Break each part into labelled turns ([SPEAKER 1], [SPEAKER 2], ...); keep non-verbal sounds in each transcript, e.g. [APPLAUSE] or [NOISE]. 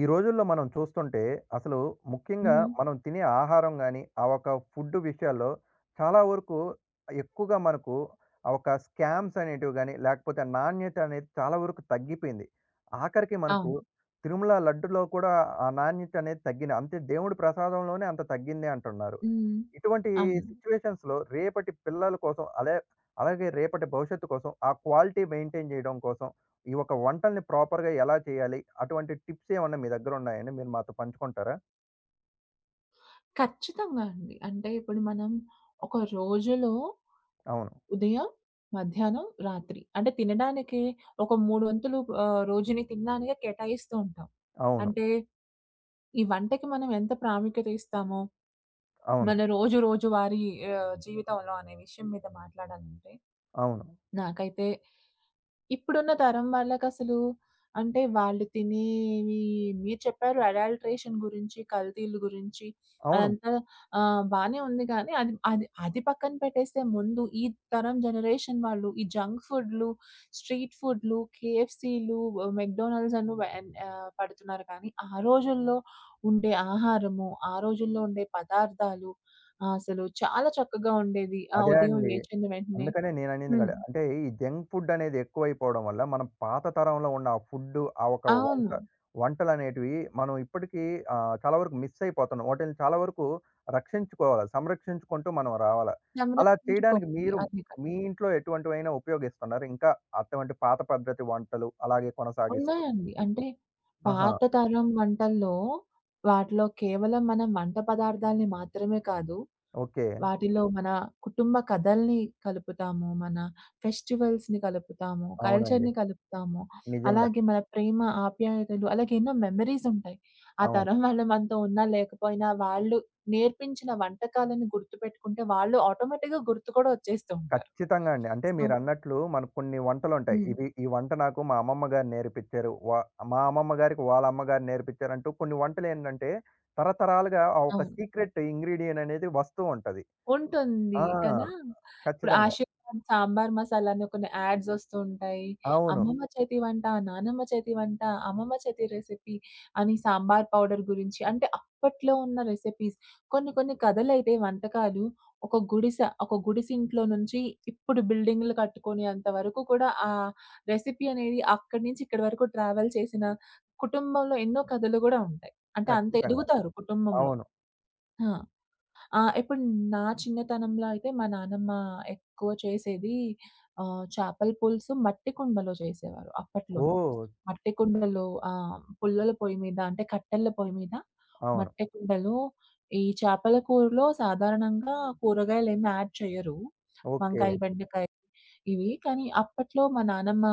[SPEAKER 1] ఈ రోజుల్లో మనం చూస్తుంటే అసలు ముఖ్యంగా
[SPEAKER 2] హుహు.
[SPEAKER 1] మనం తినే ఆహారం కానీ ఆ ఒక ఫుడ్ విషయాల్లో చాలా వరకు ఎక్కువగా మనకు ఆ ఒక స్కామ్స్ అనేటివి కానీ లేకపోతే నాణ్యత అనేది చాలా వరకు తగ్గిపోయింది. ఆఖరికి మనకు
[SPEAKER 2] అవును.
[SPEAKER 1] తిరుమల లడ్డులో కూడా ఆ నాణ్యత అనేది తగ్గింది, అంతే దేవుడి ప్రసాదంలోనే అంత తగ్గింది అంటున్నారు.
[SPEAKER 2] హ్మ్.
[SPEAKER 1] ఇటువంటి
[SPEAKER 2] అవును.
[SPEAKER 1] సిట్యుయేషన్స్‌లో రేపటి పిల్లల కోసం అలాగే రేపటి భవిష్యత్తు కోసం ఆ క్వాలిటీ మెయింటైన్ చేయడం కోసం ఈ ఒక వంటల్ని ప్రాపర్‌గా ఎలా చేయాలి? అటువంటి టిప్స్ ఏమన్నా మీ దగ్గర ఉన్నాయండి? మీరు మాతో పంచుకుంటారా?
[SPEAKER 2] ఖచ్చితంగా అండి. అంటే ఇప్పుడు మనం ఒక రోజులో
[SPEAKER 1] అవును.
[SPEAKER 2] ఉదయం, మధ్యాహ్నం, రాత్రి అంటే తినడానికి ఒక 3 వంతులు రోజుని తినడానికే కేటాయిస్తూ ఉంటాం.
[SPEAKER 1] అవును.
[SPEAKER 2] అంటే ఈ వంటకి మనం ఎంత ప్రాముఖ్యత ఇస్తామో,
[SPEAKER 1] అవును.
[SPEAKER 2] మన రోజు రోజువారీ జీవితంలో అనే విషయం మీద మాట్లాడాలంటే
[SPEAKER 1] అవును.
[SPEAKER 2] నాకైతే ఇప్పుడున్న తరం వాళ్ళకసలు అంటే వాళ్ళు తినేవి మీరు చెప్పారు అడల్ట్రేషన్ గురించి, కల్తీలు గురించి
[SPEAKER 1] అవును.
[SPEAKER 2] అదంతా బానే ఉంది కానీ అది అది అది పక్కన పెట్టేస్తే ముందు ఈ తరం జనరేషన్ వాళ్ళు ఈ జంక్ ఫుడ్‌లు, స్ట్రీట్ ఫుడ్‌లు, కేఎఫ్‌సీలు, మెక్‌డొనాల్డ్స్ అను వెన్ పడుతున్నారు కానీ ఆ రోజుల్లో ఉండే ఆహారము, ఆ రోజుల్లో ఉండే పదార్థాలు ఆ, అసలు చాలా చక్కగా ఉండేది. ఆ
[SPEAKER 1] అదే
[SPEAKER 2] ఉదయం
[SPEAKER 1] అండి.
[SPEAKER 2] లేచిన వెంటనే.
[SPEAKER 1] అందుకనే నేననింది
[SPEAKER 2] హ్మ్.
[SPEAKER 1] కాదు. అంటే ఈ జంక్ ఫుడ్ అనేది ఎక్కువైపోవడం వల్ల, మనం పాత తరంలో ఉన్న ఆ ఫుడ్డు, ఆ ఒక వంట
[SPEAKER 2] అవును.
[SPEAKER 1] వంటలనేటివి మనం ఇప్పటికీ చాలా వరకు మిస్ అయిపోతున్నాం. వాటిల్ని చాలా వరకు రక్షించుకోవాలి. సంరక్షించుకుంటూ మనం రావాలా. అలా చేయడానికి
[SPEAKER 2] సంరక్షించుకోవాలి.
[SPEAKER 1] మీరు
[SPEAKER 2] అదే కదా!
[SPEAKER 1] మీ ఇంట్లో ఎటువంటివైనా ఉపయోగిస్తున్నారు? ఇంకా అటువంటి పాత పద్ధతి వంటలు అలాగే కొనసాగిస్తూ?
[SPEAKER 2] ఉన్నాయండి. అంటే
[SPEAKER 1] ఆహా!
[SPEAKER 2] పాత తరం వంటల్లో వాటిలో కేవలం మనం వంట పదార్థాల్ని మాత్రమే కాదు,
[SPEAKER 1] ఓకే.
[SPEAKER 2] వాటిలో మన కుటుంబ కథల్ని కలుపుతాము. మన ఫెస్టివల్స్‌ని కలుపుతాము.
[SPEAKER 1] అవునండి.
[SPEAKER 2] కల్చర్‌ని కలుపుతాము.
[SPEAKER 1] నిజంగా.
[SPEAKER 2] అలాగే మన ప్రేమ, ఆప్యాయతలు అలాగే ఎన్నో మెమోరీస్ ఉంటాయి. ఆ
[SPEAKER 1] అవును.
[SPEAKER 2] తరం వాళ్ళు మనతో ఉన్నా లేకపోయినా వాళ్ళు నేర్పించిన వంటకాలను గుర్తుపెట్టుకుంటే వాళ్ళు ఆటోమేటిక్‌గా గుర్తు కూడా వచ్చేస్తూ ఉంటారు.
[SPEAKER 1] ఖచ్చితంగా అండి. అంటే
[SPEAKER 2] సో.
[SPEAKER 1] మీరన్నట్లు మనకు కొన్ని వంటలుంటాయి.
[SPEAKER 2] హ్మ్.
[SPEAKER 1] ఇది ఈ వంట నాకు మా అమ్మమ్మ గారు నేర్పిచ్చారు. మా అమ్మమ్మ గారికి వాళ్ళ అమ్మగారు నేర్పిచ్చారంటూ కొన్ని వంటలేంటంటే తరతరాలుగా ఆ ఒక
[SPEAKER 2] అవును.
[SPEAKER 1] సీక్రెట్ ఇంగ్రీడియెంట్ అనేది వస్తూ ఉంటది.
[SPEAKER 2] ఉంటుంది
[SPEAKER 1] ఆ!
[SPEAKER 2] కదా! ఇప్పుడు
[SPEAKER 1] ఖచ్చితంగా.
[SPEAKER 2] 'ఆశీర్వాద్ సాంబార్ మసాలా' అని కొన్ని యాడ్స్ ఒస్తూ ఉంటాయి.
[SPEAKER 1] అవును.
[SPEAKER 2] అమ్మమ్మ చేతి వంట, నానమ్మ చేతి వంట, అమ్మమ్మ చేతి రెసిపీ అని సాంబార్ పౌడర్ గురించి అంటే అప్పట్లో ఉన్న రెసిపీస్. కొన్ని కొన్ని కథలైతే వంటకాలు ఒక గుడిస, ఒక గుడిసింట్లో నుంచి ఇప్పుడు బిల్డింగ్‌లు కట్టుకునేంత వరకు కూడా ఆ రెసిపీ అనేది అక్కడి నుంచి ఇక్కడి వరకు ట్రావెల్ చేసిన కుటుంబంలో ఎన్నో కథలు గూడా ఉంటాయి. అంటే అంత
[SPEAKER 1] ఖచ్చితంగా.
[SPEAKER 2] ఎదుగుతారు కుటుంబంలో.
[SPEAKER 1] అవును.
[SPEAKER 2] ఆ! ఆ! ఇప్పుడు నా చిన్నతనంలో అయితే మా నానమ్మ ఎక్కువ చేసేది చేపల పులుసు మట్టి కుండలో చేసేవారు అప్పట్లోను.
[SPEAKER 1] ఓహ్!
[SPEAKER 2] మట్టి కుండలో. ఆ! పుల్లల పొయ్యి మీద అంటే కట్టెల పొయ్యి మీద
[SPEAKER 1] అవును.
[SPEAKER 2] మట్టి కుండలో ఈ చేపల కూరలో సాధారణంగా కూరగాయలేమి యాడ్ చేయరు.
[SPEAKER 1] ఓకే.
[SPEAKER 2] వంకాయ, బెండకాయ ఇవి. కానీ అప్పట్లో మా నానమ్మ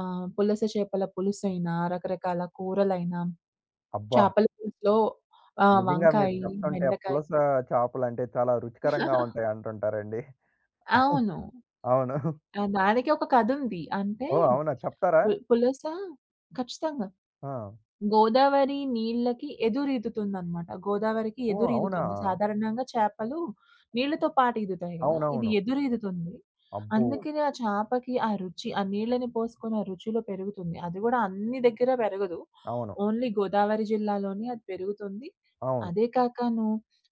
[SPEAKER 2] పులస చేపల పులుసైనా, రకరకాల కూరలైనా,
[SPEAKER 1] అబ్బా!
[SPEAKER 2] చేపల పులుసులో
[SPEAKER 1] నిజంగా మీరు
[SPEAKER 2] వంకాయి,
[SPEAKER 1] చెప్తుంటే ఆ
[SPEAKER 2] బెండకాయ.
[SPEAKER 1] పులస చేపలంటే చాలా రుచికరంగా ఉంటాయి అంటుంటారండి.
[SPEAKER 2] అవును.
[SPEAKER 1] అవును.
[SPEAKER 2] ఆ! దానికి ఒక కథుంది. అంటే,
[SPEAKER 1] ఓహ్! అవునా, చెప్తారా?
[SPEAKER 2] పులస. ఖచ్చితంగా.
[SPEAKER 1] ఆ!
[SPEAKER 2] గోదావరి నీళ్ళకి ఎదురీదుతుందనమాట. గోదావరికి
[SPEAKER 1] ఓహ్! అవునా?
[SPEAKER 2] ఎదురీదుతుంది. సాధారణంగా చేపలు నీళ్ళతో పాటు ఈదుతాయి గదా! ఇది
[SPEAKER 1] అవునవును.
[SPEAKER 2] ఎదురీదుతుంది.
[SPEAKER 1] అబ్బో!
[SPEAKER 2] అందుకనే ఆ చేపకి ఆ రుచి, ఆ నీళ్ళని పోసుకొని ఆ రుచిలో పెరుగుతుంది. అది గూడా అన్ని దగ్గర పెరగదు.
[SPEAKER 1] అవును.
[SPEAKER 2] ఓన్లీ గోదావరి జిల్లాలోనే అది పెరుగుతుంది.
[SPEAKER 1] అవును.
[SPEAKER 2] అదే కాకను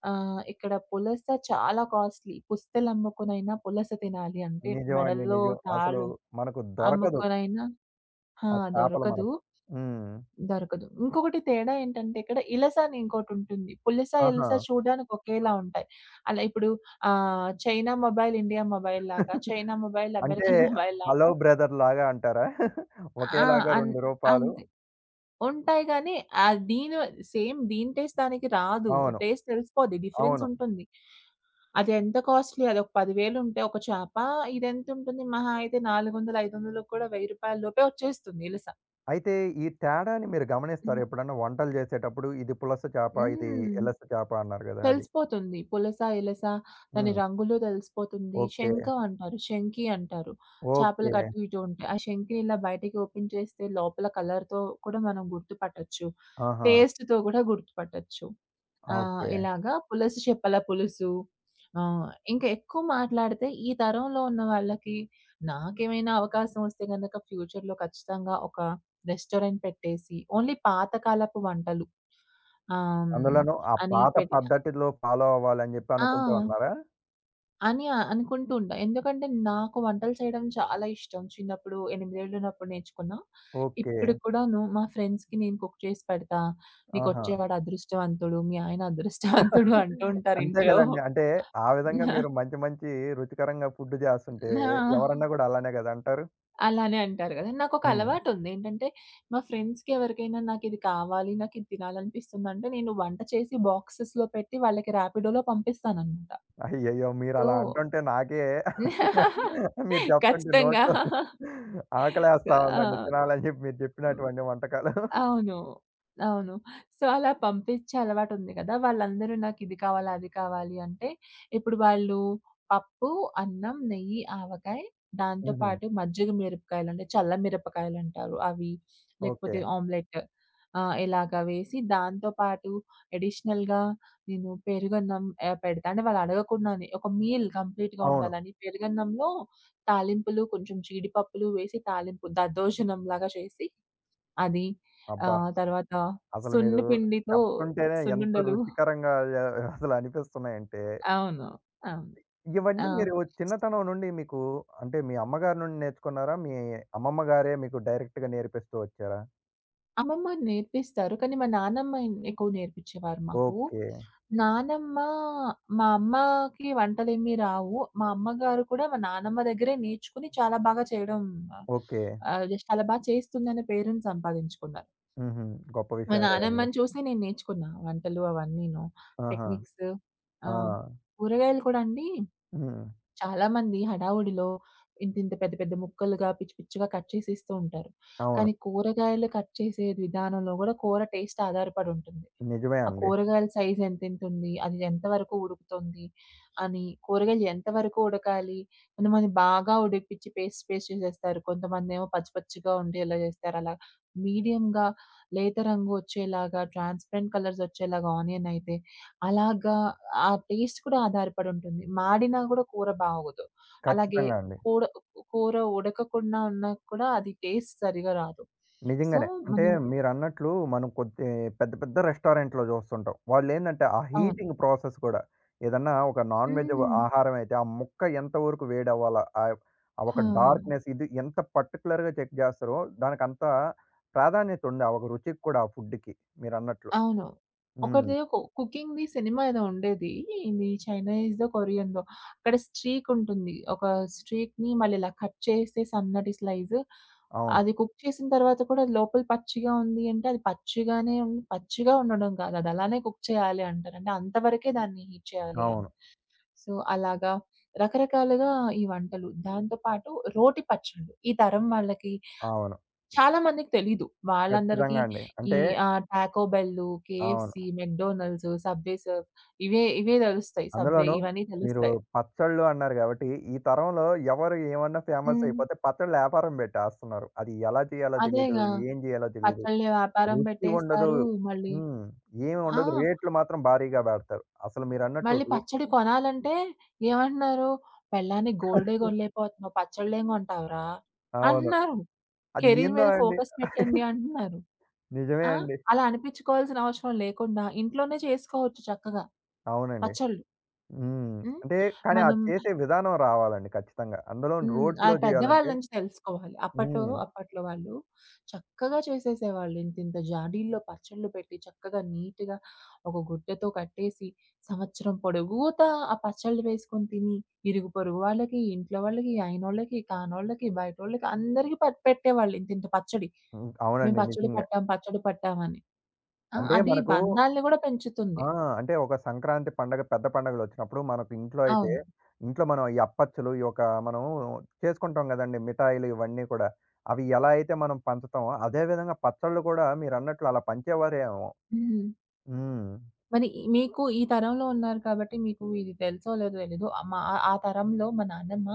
[SPEAKER 2] ఇక్కడ పులస చాలా కాస్ట్‌లీ. పుస్తెలమ్ముకొనైనా పులస తినాలి అంటే
[SPEAKER 1] నిజమండి.
[SPEAKER 2] మెడలో
[SPEAKER 1] నిజం. అసలు
[SPEAKER 2] తాళు
[SPEAKER 1] మనకు దొరకదు.
[SPEAKER 2] అమ్ముకొనైనా. ఆ!
[SPEAKER 1] ఆ చేపలు
[SPEAKER 2] దొరకదు.
[SPEAKER 1] మనకు. హ్మ్.
[SPEAKER 2] దొరకదు. ఇంకొకటి తేడా ఏంటంటే ఇక్కడ ఇలస అని ఇంకోటుంటుంది. పులస, ఇలస
[SPEAKER 1] ఆహా!
[SPEAKER 2] చూడడానికి ఒకేలా ఉంటాయి. అలా ఇప్పుడు చైనా మొబైల్, ఇండియా మొబైల్ లాగా, చైనా మొబైల్, అమెరికన్
[SPEAKER 1] అంటే
[SPEAKER 2] [LAUGHS] మొబైల్ లాగా.
[SPEAKER 1] 'హలో బ్రదర్' లాగా అంటారా?
[SPEAKER 2] ఆ!
[SPEAKER 1] ఒకేలాగా
[SPEAKER 2] అన్
[SPEAKER 1] 2 రూపాలు.
[SPEAKER 2] అంతే. ఉంటాయి గానీ దీని సేమ్ దీని టేస్ట్ దానికి రాదు.
[SPEAKER 1] అవును.
[SPEAKER 2] టేస్ట్ తెలిసిపోద్ది. డిఫరెన్స్
[SPEAKER 1] అవును.
[SPEAKER 2] ఉంటుంది. అది ఎంత కాస్ట్‌లీ, అదొక 10,000 ఉంటే ఒక చేప, ఇదెంతుంటుంది మహా అయితే 400, 500 కూడా రూ. 1000 లోపే వచ్చేస్తుంది ఇలస.
[SPEAKER 1] అయితే ఈ తేడాని మీరు గమనిస్తారా ఎప్పుడన్నా వంటలు చేసేటప్పుడు? ఇది పులస చేప, ఇది
[SPEAKER 2] హ్మ్.
[SPEAKER 1] ఎలస చేప అన్నారు గదా! అది.
[SPEAKER 2] తెలిసిపోతుంది. పులస, ఇలస దాని
[SPEAKER 1] హ్మ్.
[SPEAKER 2] రంగులు తెలిసిపోతుంది.
[SPEAKER 1] ఓకే.
[SPEAKER 2] శంఖ అంటారు. శంఖి అంటారు.
[SPEAKER 1] ఓకే.
[SPEAKER 2] చేపలకి అటు ఇటు ఉంటాయి. ఆ శంఖిని ఇలా బయటకి ఓపెన్ చేస్తే లోపల కలర్‌తో కూడా మనం గుర్తుపట్టొచ్చు.
[SPEAKER 1] ఆహా!
[SPEAKER 2] టేస్ట్‌తో కూడా గుర్తుపట్టొచ్చు.
[SPEAKER 1] ఓకే.
[SPEAKER 2] ఇలాగా పులుసు చేపల పులుసు. ఆహ్, ఇంకా ఎక్కువ మాట్లాడితే ఈ తరంలో ఉన్న వాళ్ళకి నాకేమైనా అవకాశం వస్తే గనక ఫ్యూచర్‌లో ఖచ్చితంగా ఒక రెస్టారెంట్ పెట్టేసి ఓన్లీ పాతకాలపు వంటలు ఆహ్, హ్మ్.
[SPEAKER 1] అందులోనూ ఆ
[SPEAKER 2] అని
[SPEAKER 1] పాత
[SPEAKER 2] పెట్టి
[SPEAKER 1] పద్ధతిలో ఫాలో అవ్వాలని జెప్పి
[SPEAKER 2] ఆ!
[SPEAKER 1] అనుకుంటూ ఉన్నారా?
[SPEAKER 2] అని అనుకుంటూ ఉంటా. ఎందుకంటే నాకు వంటలు చేయడం చాలా ఇష్టం. చిన్నప్పుడు 8 ఏళ్ళు ఉన్నప్పుడు నేర్చుకున్నా.
[SPEAKER 1] ఓకే.
[SPEAKER 2] ఇప్పుడు కూడాను మా ఫ్రెండ్స్‌కి నేను కుక్ చేసి పెడతా.
[SPEAKER 1] ఆహా!
[SPEAKER 2] "నీకొచ్చేవాడు అదృష్టవంతుడు. మీ ఆయన అదృష్టవంతుడు" అంటూ ఉంటారు
[SPEAKER 1] అంతే
[SPEAKER 2] ఇంట్లో.
[SPEAKER 1] గదండీ. అంటే ఆ విధంగా హ్మ్. మీరు
[SPEAKER 2] [LAUGHS]
[SPEAKER 1] మంచి మంచి రుచికరంగా ఫుడ్ జేస్తుంటే
[SPEAKER 2] ఆ!
[SPEAKER 1] ఎవరన్నా గూడా అలానే గదా అంటారు?
[SPEAKER 2] అలానే అంటారు గదా! నాకొక
[SPEAKER 1] హ్మ్.
[SPEAKER 2] అలవాటుంది. ఏంటంటే మా ఫ్రెండ్స్‌కి ఎవరికైనా నాకిది కావాలి, నాకిది తినాలనిపిస్తుందంటే నేను వంట చేసి బాక్సెస్‌లో పెట్టి వాళ్ళకి ర్యాపిడోలో పంపిస్తాననమాట.
[SPEAKER 1] అయ్యయ్యో!
[SPEAKER 2] సో.
[SPEAKER 1] మీరలా అంటుంటే నాకే
[SPEAKER 2] [LAUGHS]
[SPEAKER 1] [LAUGHS] మీరు జెప్తుంటే
[SPEAKER 2] ఖచ్చితంగా.
[SPEAKER 1] నోట్లో ఆకలేస్తా ఉందండి.
[SPEAKER 2] ఆ!
[SPEAKER 1] తినాలని జెప్పి మీరు జెప్పినటువంటి వంటకాలు.
[SPEAKER 2] అవును. అవును. సో, అలా పంపించే అలవాటుంది గదా! వాళ్ళందరూ నాకిది కావాలి, అది కావాలి అంటే, ఇప్పుడు వాళ్ళు పప్పు, అన్నం, నెయ్యి, ఆవకాయ, దాంతో
[SPEAKER 1] హుహు.
[SPEAKER 2] పాటు మజ్జిగ మిరపకాయలంటే చల్ల మిరపకాయలంటారు అవి.
[SPEAKER 1] ఓకే.
[SPEAKER 2] లేకపోతే ఆమ్లెట్ ఇలాగ వేసి దాంతో పాటు అడిషనల్‌గా నేను పెరుగన్నం పెడతా. అంటే వాళ్ళు అడగకుండానే ఒక మీల్ కంప్లీట్‌గా
[SPEAKER 1] అవును.
[SPEAKER 2] ఉండాలని పెరుగన్నంలో తాలింపులు కొంచెం జీడిపప్పులు వేసి తాలింపు దద్దోజనంలాగా చేసి అది, ఆ!
[SPEAKER 1] అబ్బా!
[SPEAKER 2] తర్వాత
[SPEAKER 1] అసలు మీరు
[SPEAKER 2] సున్ను
[SPEAKER 1] హ్మ్.
[SPEAKER 2] పిండితో
[SPEAKER 1] చెప్తుంటేనే ఎంత
[SPEAKER 2] సున్నుండలు.
[SPEAKER 1] రుచికరంగా అసలు అనిపిస్తున్నాయంటే
[SPEAKER 2] అవును. అవును. ఆ!
[SPEAKER 1] ఇవన్నీ మీరు చిన్నతనం నుండి మీకు, అంటే మీ అమ్మగారి నుండి నేర్చుకున్నారా? మీ అమ్మమ్మ గారే మీకు డైరెక్ట్‌గా నేర్పిస్తూ వచ్చారా?
[SPEAKER 2] అమ్మమ్మ నేర్పిస్తారు. కానీ మా నానమ్మ ఎక్కువ నేర్పించేవారు మాకు.
[SPEAKER 1] ఓకే.
[SPEAKER 2] నానమ్మ. మా అమ్మకి వంటలేమి రావు. మా అమ్మగారు కూడా మా నానమ్మ దగ్గరే నేర్చుకొని చాలా బాగా చేయడం
[SPEAKER 1] ఓకే.
[SPEAKER 2] జస్ట్ చాలా చేస్తుందనే పేరుని సంపాదించుకున్నారు.
[SPEAKER 1] హుహు. గొప్ప
[SPEAKER 2] మా
[SPEAKER 1] విషయమే గదండీ!
[SPEAKER 2] నానమ్మని చూసి నేను నేర్చుకున్నా వంటలు అవన్నీను.
[SPEAKER 1] ఆహా!
[SPEAKER 2] టెక్నిక్స్. ఆ!
[SPEAKER 1] ఆ!
[SPEAKER 2] కూరగాయలు కూడా అండి,
[SPEAKER 1] హ్మ్.
[SPEAKER 2] చాలామంది హడావుడిలో ఇంతింత పెద్ద పెద్ద ముక్కలుగా పిచ్చి పిచ్చిగా కట్ చేసి ఇస్తూ ఉంటారు.
[SPEAKER 1] అవును.
[SPEAKER 2] కానీ కూరగాయలు కట్ చేసే విధానంలో గూడా కూర టేస్ట్ ఆధారపడి ఉంటుంది.
[SPEAKER 1] నిజమే
[SPEAKER 2] ఆ
[SPEAKER 1] అండి.
[SPEAKER 2] కూరగాయల సైజ్ ఎంతెంతుంది? అది ఎంతవరకు ఉడుకుతుంది? అని కూరగాయలు ఎంతవరకు ఉడకాలి? కొంతమంది బాగా ఉడికిపిచ్చి పేస్ట్ పేస్ట్ చేసేస్తారు. కొంతమందేమో పచ్చి పచ్చిగా ఉండేలా చేస్తారు. అలా మీడియం‌గా లేత రంగు వచ్చేలాగా, ట్రాన్స్‌పరెంట్ కలర్స్ వచ్చేలాగా ఆనియన్ అయితే, అలాగా ఆ టేస్ట్ కూడా ఆధారపడి ఉంటుంది. మాడినా కూడా కూర బాగోదు. అలాగే
[SPEAKER 1] ఖచ్చితంగా అండి.
[SPEAKER 2] కూడ కూర ఉడకకుండా ఉన్నా కూడా అది టేస్ట్ సరిగా రాదు. సో,
[SPEAKER 1] నిజంగానే. అంటే
[SPEAKER 2] మనం.
[SPEAKER 1] మీరన్నట్లు మనం కొద్ది పెద్ద పెద్ద రెస్టారెంట్‌లో చూస్తుంటాం. వాళ్ళేందంటే ఆ
[SPEAKER 2] అవును.
[SPEAKER 1] హీటింగ్ ప్రాసెస్ కూడా ఏదన్నా ఒక నాన్ వెజ్
[SPEAKER 2] హ్మ్.
[SPEAKER 1] ఆహారం అయితే ఆ ముక్క ఎంతవరకు వేడవ్వాలా? ఆ ఆ ఒక
[SPEAKER 2] ఆ!
[SPEAKER 1] డార్క్‌నెస్ ఇది ఎంత పర్టిక్యులర్‌గా చెక్ చేస్తారో దానికంత ప్రాధాన్యత ఉంది. ఆ ఒక రుచికి కూడా ఆ ఫుడ్‌కి మీరన్నట్లు.
[SPEAKER 2] అవును.
[SPEAKER 1] హ్మ్.
[SPEAKER 2] ఒకటిది కుకింగ్‌ది సినిమా ఏదో ఉండేది. ఇది చైనీస్‌దో, కొరియన్‌దో. అక్కడ స్ట్రీక్ ఉంటుంది. ఒక స్ట్రీక్‌ని మళ్ళీ ఇలా కట్ చేస్తే సన్నటి స్లైస్.
[SPEAKER 1] అవును.
[SPEAKER 2] అది కుక్ చేసిన తర్వాత కూడా అది లోపల పచ్చిగా ఉంది అంటే అది పచ్చిగానే ఉంది. పచ్చిగా ఉండడం కాదు. అది అలానే కుక్ చేయాలి అంటారు. అంటే అంతవరకే దాన్ని హీట్ చేయాలి అని.
[SPEAKER 1] అవును.
[SPEAKER 2] సో, అలాగా రకరకాలుగా ఈ వంటలు. దాంతో పాటు రోటి పచ్చళ్ళు. ఈ తరం వాళ్ళకి
[SPEAKER 1] అవును.
[SPEAKER 2] చాలా మందికి తెలీదు. వాళ్ళందరికీ
[SPEAKER 1] ఖచ్చితంగా అండి.
[SPEAKER 2] ఈ
[SPEAKER 1] అంటే
[SPEAKER 2] టాకో బెల్లు,
[SPEAKER 1] అవును.
[SPEAKER 2] కేఎఫ్‌సి, మెక్‌డొనాల్డ్స్, సబ్‌వే సర్ఫ్ ఇవే ఇవే దెలుస్తాయి. సబ్‌వే
[SPEAKER 1] అందులోనూ
[SPEAKER 2] ఇవన్నీ
[SPEAKER 1] మీరు
[SPEAKER 2] తెలుస్తాయి.
[SPEAKER 1] పచ్చళ్ళు అన్నారు గాబట్టి, ఈ తరంలో ఎవరు ఏమన్నా ఫేమస్
[SPEAKER 2] హ్మ్.
[SPEAKER 1] అయిపోతే పచ్చళ్ళ యాపారం పెట్టేస్తున్నారు. అది ఎలా చేయాలో తెలీదు,
[SPEAKER 2] అదేగా!
[SPEAKER 1] ఏం చేయాలో తెలీదు.
[SPEAKER 2] పచ్చళ్ళ వ్యాపారం
[SPEAKER 1] రుచి ఉండదు.
[SPEAKER 2] బెట్టేస్తారు. మళ్ళీ.
[SPEAKER 1] హ్మ్. ఏమి
[SPEAKER 2] ఆ!
[SPEAKER 1] ఉండదు. రేట్లు మాత్రం భారీగా పెడతారు. అసలు మీరన్నట్లు
[SPEAKER 2] మళ్ళీ పచ్చడి కొనాలంటే ఏమంటున్నారు? "పెళ్ళానికి గోల్డే గొనలేకపోతున్నావు, పచ్చళ్ళేం గొంటావురా?"
[SPEAKER 1] అవును.
[SPEAKER 2] అంటున్నారు.
[SPEAKER 1] అది
[SPEAKER 2] కెరీర్
[SPEAKER 1] ఏందో
[SPEAKER 2] మీద
[SPEAKER 1] అండి.
[SPEAKER 2] ఫోకస్ పెట్టండి అంటున్నారు.
[SPEAKER 1] నిజమే
[SPEAKER 2] ఆ!
[SPEAKER 1] అండి.
[SPEAKER 2] అలా అనిపిచ్చుకోవాల్సిన అవసరం లేకుండా ఇంట్లోనే చేసుకోవచ్చు చక్కగా
[SPEAKER 1] అవునండి.
[SPEAKER 2] పచ్చళ్ళు.
[SPEAKER 1] హ్మ్.
[SPEAKER 2] హ్మ్.
[SPEAKER 1] అంటే కానీ అది
[SPEAKER 2] మనం.
[SPEAKER 1] చేసే విధానం రావాలండి ఖచ్చితంగా. అందులోను
[SPEAKER 2] హ్మ్.
[SPEAKER 1] రోట్లో
[SPEAKER 2] అది పెద్దవాళ్ళ
[SPEAKER 1] చేయాలంటే
[SPEAKER 2] నుంచి తెలుసుకోవాలి. అప్పట్లో
[SPEAKER 1] హ్మ్.
[SPEAKER 2] అప్పట్లో వాళ్ళు చక్కగా చేసేసేవాళ్ళు. ఇంతింత జాడీల్లో పచ్చళ్ళు పెట్టి చక్కగా నీట్‌గా ఒక గుడ్డతో కట్టేసి సంవత్సరం పొడుగుతా ఆ పచ్చళ్ళు వేసుకొని తిని ఇరుగు పొరుగు వాళ్ళకి, ఇంట్లో వాళ్ళకి, అయినోళ్ళకి, కానోళ్ళకి, బయటోళ్ళకి అందరికి పెట్టేవాళ్ళు ఇంతింత పచ్చడి.
[SPEAKER 1] హ్మ్.
[SPEAKER 2] మేము
[SPEAKER 1] అవునండి.
[SPEAKER 2] పచ్చడి
[SPEAKER 1] నిజంగా.
[SPEAKER 2] పట్టాం, పచ్చడి పట్టామని. ఆ!
[SPEAKER 1] అంటే
[SPEAKER 2] అది
[SPEAKER 1] మనకు
[SPEAKER 2] బంధాలను గూడా పెంచుతుంది.
[SPEAKER 1] ఆ! అంటే ఒక సంక్రాంతి పండగ పెద్ద పండగలొచ్చినప్పుడు మనకు ఇంట్లో అయితే,
[SPEAKER 2] అవును.
[SPEAKER 1] ఇంట్లో మనం ఈ అప్పచ్చులు, ఈ యొక్క మనం చేసుకుంటాం గదండీ! మిఠాయిలు ఇవన్నీ కూడా. అవి ఎలా అయితే మనం పంచుతామో, అదే విధంగా పచ్చళ్ళు కూడా మీరన్నట్లు అలా పంచేవారేమో.
[SPEAKER 2] హ్మ్.
[SPEAKER 1] హ్మ్.
[SPEAKER 2] మరి ఈ- మీకు ఈ తరంలో ఉన్నారు కాబట్టి మీకు ఇది తెలుసో లేదో తెలీదు. మా ఆ తరంలో మా నాన్నమ్మ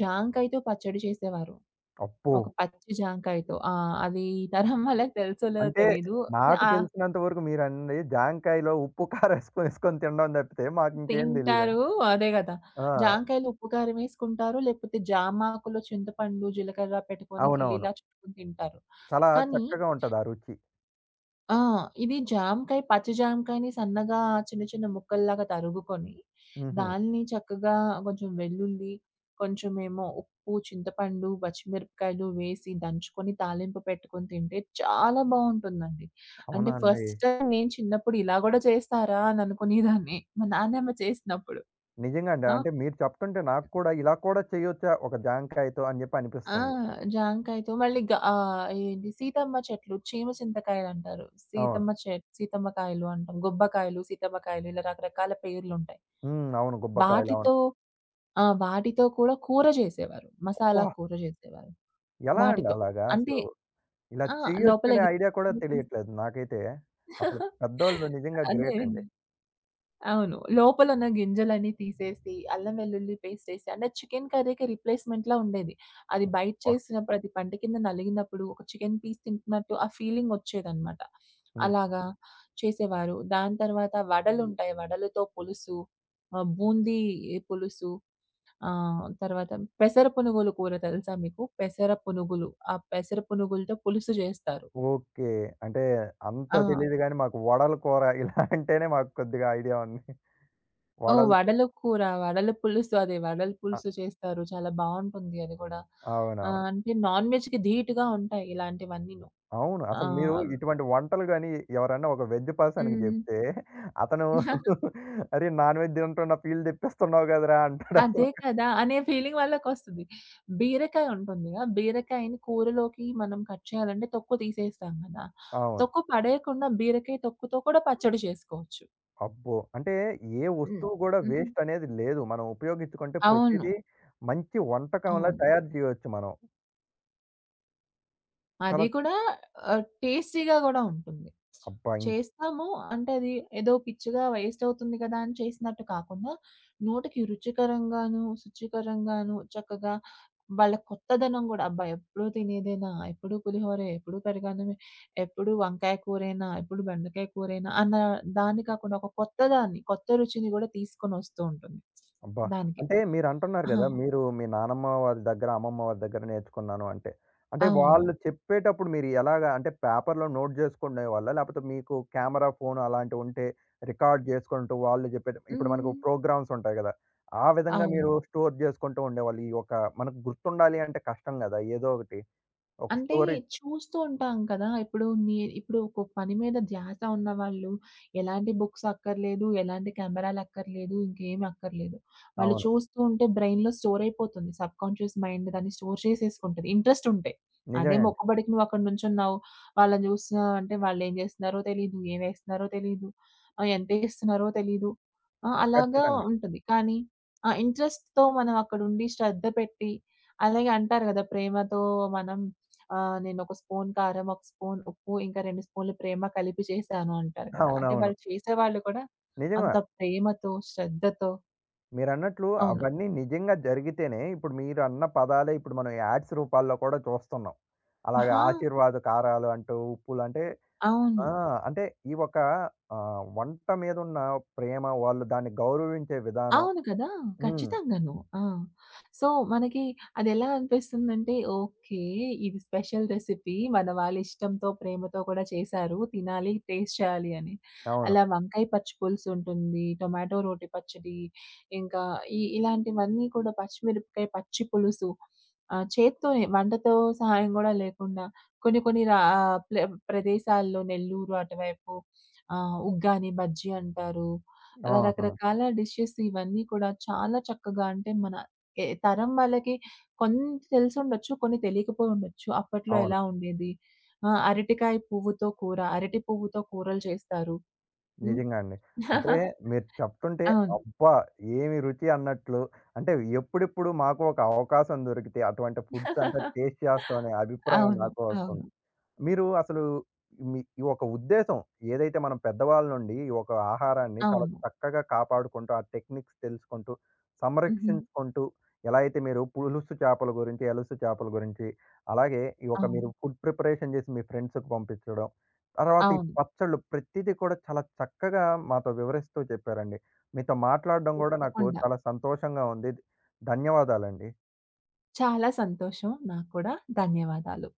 [SPEAKER 2] జాంకాయతో పచ్చడి చేసేవారు.
[SPEAKER 1] అబ్బో!
[SPEAKER 2] ఒక పచ్చి జాంకాయతో. ఆ! అది ఈ తరం వాళ్ళకి తెలుసో లేదో
[SPEAKER 1] అంటే
[SPEAKER 2] తెలీదు.
[SPEAKER 1] నాకు
[SPEAKER 2] ఆ!
[SPEAKER 1] తెలిసినంత వరకు మీరన్నది జాంకాయలో ఉప్పు, కారం ఎసుకొని, ఎసుకొని తినడం తప్పితే మాకింకేం
[SPEAKER 2] తింటారు.
[SPEAKER 1] తెలీదండి.
[SPEAKER 2] అదే గదా!
[SPEAKER 1] ఆ!
[SPEAKER 2] జాంకాయలు ఉప్పు కారం ఏసుకుంటారు. లేకపోతే జామాకులో చింతపండు, జీలకర్ర పెట్టుకొని
[SPEAKER 1] అవునవును.
[SPEAKER 2] కిలీలా చుట్టుకొని తింటారు.
[SPEAKER 1] చాలా
[SPEAKER 2] కానీ.
[SPEAKER 1] చక్కగా ఉంటది ఆ రుచి.
[SPEAKER 2] ఆ! ఇది జామకాయ, పచ్చి జామకాయని సన్నగా చిన్న చిన్న ముక్కల్లాగా తరుగుకొని,
[SPEAKER 1] హుహు.
[SPEAKER 2] దాన్ని చక్కగా కొంచెం వెల్లుల్లి, కొంచెమేమో ఉప్పు, చింతపండు, పచ్చిమిరపకాయలు వేసి దంచుకొని తాలింపు పెట్టుకొని తింటే చాలా బావుంటుందండి. అంటే
[SPEAKER 1] అవునా అండి?
[SPEAKER 2] ఫస్ట్ టైమ్ నేను చిన్నప్పుడు ఇలా గూడా చేస్తారా? అని అనుకునేదాన్ని. మా నాన్నమ్మ చేసినప్పుడు.
[SPEAKER 1] నిజంగా అండి.
[SPEAKER 2] ఆ!
[SPEAKER 1] అంటే మీరు చెప్తుంటే నాకు కూడా ఇలా కూడా చేయొచ్చా ఒక జాంకాయతో అని జెప్పి
[SPEAKER 2] ఆ!
[SPEAKER 1] అనిపిస్తుంది.
[SPEAKER 2] జాంకాయతో మళ్ళీ ఏంటి, సీతమ్మ చెట్లు, చీమ చింతకాయలంటారు.
[SPEAKER 1] అవును.
[SPEAKER 2] సీతమ్మ కాయలు అంటాం. గొబ్బకాయలు, సీతమ్మ కాయలు ఇలా రకరకాల పేర్లుంటాయి.
[SPEAKER 1] హ్మ్. అవును. గుబ్బకాయలు అవును.
[SPEAKER 2] వాటితో. ఆ! వాటితో కూడా కూర చేసేవారు.
[SPEAKER 1] అబ్బా!
[SPEAKER 2] మసాలా కూర చేసేవారు
[SPEAKER 1] ఎలా అండి
[SPEAKER 2] వాటితో.
[SPEAKER 1] అలాగా
[SPEAKER 2] అంటే.
[SPEAKER 1] అసలు? ఇలా
[SPEAKER 2] ఆ! లోపల
[SPEAKER 1] చేయొచ్చనే
[SPEAKER 2] గి
[SPEAKER 1] ఐడియా కూడా తెలియట్లేదు నాకైతే. అసలు పెద్దోళ్ళు
[SPEAKER 2] [LAUGHS]
[SPEAKER 1] నిజంగా
[SPEAKER 2] అదే.
[SPEAKER 1] గ్రేట్ అండి.
[SPEAKER 2] అవును. లోపలున్న గింజలన్నీ తీసేసి, అల్లం వెల్లుల్లి పేస్టేసి అంటే చికెన్ కర్రీకి రిప్లేస్‌మెంట్‌లా ఉండేది. అది బైట్
[SPEAKER 1] అబ్బా!
[SPEAKER 2] చేసినప్పుడు, అది పంట కింద నలిగినప్పుడు, ఒక చికెన్ పీస్ తింటున్నట్టు ఆ ఫీలింగొచ్చేదనమాట.
[SPEAKER 1] హ్మ్.
[SPEAKER 2] అలాగా చేసేవారు. దాని తర్వాత వడలుంటాయి. వడలతో పులుసు, బూందీ పులుసు, తర్వాత పెసర పునుగులు కూర తెలుసా మీకు? పెసర పునుగులు. ఆ పెసర పునుగులతో పులుసు జేస్తారు.
[SPEAKER 1] ఓకే. అంటే అంత
[SPEAKER 2] ఆ!
[SPEAKER 1] తెలీదు గానీ మాకు వడల కూర ఇలా అంటేనే మాకు కొద్దిగా ఐడియా ఉంది.
[SPEAKER 2] ఓహ్!
[SPEAKER 1] వడలు
[SPEAKER 2] వడల కూర, వడల పులుసు, అదే వడల
[SPEAKER 1] ఆ!
[SPEAKER 2] పులుసు చేస్తారు. చాలా బావుంటుంది అది కూడా.
[SPEAKER 1] అవునవును.
[SPEAKER 2] అంటే నాన్ వెజ్‌కి ధీటుగా ఉంటాయి ఇలాంటివన్నీను.
[SPEAKER 1] అవును. అసలు మీరు
[SPEAKER 2] ఆహ్,
[SPEAKER 1] ఇటువంటి వంటలు గాని ఎవరన్నా ఒక వెజ్ పర్సన్‌కి
[SPEAKER 2] హ్మ్.
[SPEAKER 1] జెప్తే అతను [LAUGHS] "అరే! నాన్ వెజ్ తింటున్న ఫీల్ తెప్పిస్తున్నావు కదరా!" అంటాడు
[SPEAKER 2] అదే
[SPEAKER 1] అసలు.
[SPEAKER 2] కదా! అనే ఫీలింగ్ వాళ్ళకొస్తది. బీరకాయ ఉంటుందిగా, బీరకాయని కూరలోకి మనం కట్ చేయాలంటే తొక్కు తీసేస్తాం కదా!
[SPEAKER 1] అవును.
[SPEAKER 2] తొక్కు పడేయకుండా బీరకాయ తొక్కుతో కూడా పచ్చడి చేసుకోవచ్చు.
[SPEAKER 1] అబ్బో! అంటే ఏ
[SPEAKER 2] హ్మ్.
[SPEAKER 1] వస్తువు కూడా
[SPEAKER 2] హుహు.
[SPEAKER 1] వేస్ట్ అనేది లేదు. మనం ఉపయోగించుకుంటే
[SPEAKER 2] అవును.
[SPEAKER 1] ప్రతిదీ మంచి వంటకంలా
[SPEAKER 2] అవును.
[SPEAKER 1] తయారు చేయొచ్చు మనం.
[SPEAKER 2] అది
[SPEAKER 1] చాలా
[SPEAKER 2] కూడా టేస్టీగా గూడా ఉంటుంది.
[SPEAKER 1] అబ్బా!
[SPEAKER 2] చేస్తాము. అంటే అది ఏదో పిచ్చిగా వేస్ట్ అవుతుంది కదా! అని చేసినట్టు కాకుండా, నోటికి రుచికరంగాను, శుచికరంగాను చక్కగా వాళ్ళ కొత్తదనం గూడా అబ్బా! ఎప్పుడూ తినేదేనా? ఎప్పుడూ పులిహోరే, ఎప్పుడూ పెరుగన్నమే, ఎప్పుడూ వంకాయ కూరేనా, ఎప్పుడు బెండకాయ కూరేనా అన్న దాన్ని కాకుండా ఒక కొత్తదాన్ని, కొత్త రుచిని గూడా తీసుకొనొస్తూ ఉంటుంది.
[SPEAKER 1] అబ్బా!
[SPEAKER 2] దానికి.
[SPEAKER 1] అంటే మీరంటున్నారు
[SPEAKER 2] ఆ!
[SPEAKER 1] గదా! మీరు మీ నానమ్మ వారి దగ్గర, అమ్మమ్మ వారి దగ్గర నేర్చుకున్నాను అంటే. అంటే
[SPEAKER 2] అవును.
[SPEAKER 1] వాళ్ళు చెప్పేటప్పుడు మీరు ఎలాగా, అంటే పేపర్‌లో నోట్ జేసుకునేవాళ్ళా? లేపోతే మీకు కెమెరా, ఫోను అలాంటివి ఉంటే రికార్డ్ జేసుకుంటూ వాళ్ళు జెప్పేటి, ఇప్పుడు మనకు
[SPEAKER 2] హ్మ్.
[SPEAKER 1] ప్రోగ్రామ్స్ ఉంటాయి గదా! ఆ విధంగా మీరు
[SPEAKER 2] అవును.
[SPEAKER 1] స్టోర్ జేసుకుంటూ ఉండేవాళ్ళు. ఈ ఒక మనకు గుర్తుండాలి అంటే కష్టం గదా! ఏదో ఒకటి. ఒక
[SPEAKER 2] అంటే
[SPEAKER 1] స్టోరీ
[SPEAKER 2] చూస్తూ ఉంటాం కదా! ఇప్పుడు ఇప్పుడు ఒక పని మీద ధ్యాస ఉన్నవాళ్ళు ఎలాంటి బుక్స్ అక్కర్లేదు, ఎలాంటి కెమెరాలక్కర్లేదు, ఇంకేమి అక్కర్లేదు. వాళ్ళు
[SPEAKER 1] అవును.
[SPEAKER 2] చూస్తూ ఉంటే బ్రెయిన్‌లో స్టోర్ అయిపోతుంది. సబ్‌కాన్షియస్ మైండ్ దాన్ని స్టోర్ చేసేసుకుంటది ఇంట్రెస్ట్ ఉంటే. అదే
[SPEAKER 1] నిజమే అండి.
[SPEAKER 2] మొక్కుబడికి నువ్వు అక్కడ నుంచున్నావు. వాళ్ళని చూస్తున్నావు అంటే వాళ్ళేం చేస్తున్నారో తెలీదు, ఏమేస్తున్నారో తెలీదు, ఎంతేస్తున్నారో తెలీదు. ఆ! అలాగా
[SPEAKER 1] ఖచ్చితంగా.
[SPEAKER 2] ఉంటది. కానీ ఆ ఇంట్రెస్ట్‌తో మనం అక్కడుండి శ్రద్ధ పెట్టి అలాగే అంటారు కదా! ప్రేమతో మనం నేనొక స్పూన్ కారం, ఒక స్పూన్ ఉప్పు, ఇంకా 2 స్పూన్లు ప్రేమ కలిపి చేశాను అంటారు కదా! అంటే
[SPEAKER 1] అవునవును.
[SPEAKER 2] వాళ్ళు చేసేవాళ్ళు కూడా
[SPEAKER 1] నిజంగా.
[SPEAKER 2] అంత ప్రేమతో, శ్రద్ధతో.
[SPEAKER 1] మీరన్నట్లు
[SPEAKER 2] అవును.
[SPEAKER 1] అవన్నీ నిజంగా జరిగితేనే ఇప్పుడు మీరన్న పదాలే ఇప్పుడు మనం యాడ్స్ రూపాల్లో కూడా చూస్తున్నాం. అలాగే
[SPEAKER 2] ఆహా!
[SPEAKER 1] ఆశీర్వాద్ కారాలు అంటూ, ఉప్పులు అంటే
[SPEAKER 2] అవును.
[SPEAKER 1] ఆ! అంటే ఈ ఒక వంట మీదున్న ప్రేమ, వాళ్ళు దాన్ని గౌరవించే విధానం.
[SPEAKER 2] అవును కదా!
[SPEAKER 1] హ్మ్.
[SPEAKER 2] ఖచ్చితంగాను. ఆ! సో, మనకి అదెలా అనిపిస్తుందంటే, ఓకే. ఇది స్పెషల్ రెసిపీ. మన వాళ్ళు ఇష్టంతో, ప్రేమతో కూడా చేశారు. తినాలి, టేస్ట్ చేయాలి అని.
[SPEAKER 1] అవును.
[SPEAKER 2] అలా వంకాయ పచ్చి పులుసు ఉంటుంది. టొమాటో రోటి పచ్చడి, ఇంకా ఇలాంటివన్నీ కూడా, పచ్చిమిరపకాయ పచ్చి పులుసు. చేత్తోనే వంటతో సహాయం గూడా లేకుండా కొన్ని కొన్ని ప్ల ప్రదేశాల్లో నెల్లూరు అటువైపు ఉగ్గాని బజ్జీ అంటారు. అలా
[SPEAKER 1] ఆహా!
[SPEAKER 2] రకరకాల డిషెస్ ఇవన్నీ కూడా చాలా చక్కగా అంటే మన ఏ తరం వాళ్ళకి కొన్ని తెలిసుండొచ్చు, కొన్ని తెలియకపోయుండొచ్చు. అప్పట్లో
[SPEAKER 1] అవును.
[SPEAKER 2] ఎలా ఉండేది? ఆ! అరటికాయ పువ్వుతో కూర, అరటి పువ్వుతో కూరలు చేస్తారు. హ్మ్.
[SPEAKER 1] నిజంగా అండి. అంటే
[SPEAKER 2] [LAUGHS]
[SPEAKER 1] మీరు చెప్తుంటే
[SPEAKER 2] అవును.
[SPEAKER 1] అబ్బా! ఏమి రుచి అన్నట్లు అంటే ఎప్పుడెప్పుడు మాకు ఒక అవకాశం దొరికితే అటువంటి ఫుడ్స్ అంటే
[SPEAKER 2] [LAUGHS]
[SPEAKER 1] టేస్ట్ చేస్తాం అనే అభిప్రాయం
[SPEAKER 2] అవును.
[SPEAKER 1] నాకు వస్తుంది.
[SPEAKER 2] అవును.
[SPEAKER 1] మీరు అసలు మీ ఈ ఒక ఉద్దేశం, ఏదైతే మనం పెద్దవాళ్ళ నుండి ఈ ఒక ఆహారాన్ని చాలా
[SPEAKER 2] అవును.
[SPEAKER 1] చక్కగా కాపాడుకుంటూ, ఆ టెక్నిక్స్ తెలుసుకుంటూ,
[SPEAKER 2] హుహు.
[SPEAKER 1] సంరక్షించుకుంటూ, ఎలా అయితే మీరు పులుసు చేపల గురించి, ఎలుసు చేపల గురించి, అలాగే ఈ ఒక
[SPEAKER 2] అవును.
[SPEAKER 1] మీరు ఫుడ్ ప్రిపరేషన్ చేసి మీ ఫ్రెండ్స్‌కి పంపించడం, తర్వాత ఈ
[SPEAKER 2] అవును.
[SPEAKER 1] పచ్చళ్ళు ప్రతిదీ కూడా చాలా చక్కగా మాతో వివరిస్తూ చెప్పారండి. మీతో మాట్లాడడం కూడా నాకు
[SPEAKER 2] తప్పకుండా.
[SPEAKER 1] చాలా సంతోషంగా ఉంది. ధన్యవాదాలండి.
[SPEAKER 2] చాలా సంతోషం. నాకు కూడా. ధన్యవాదాలు.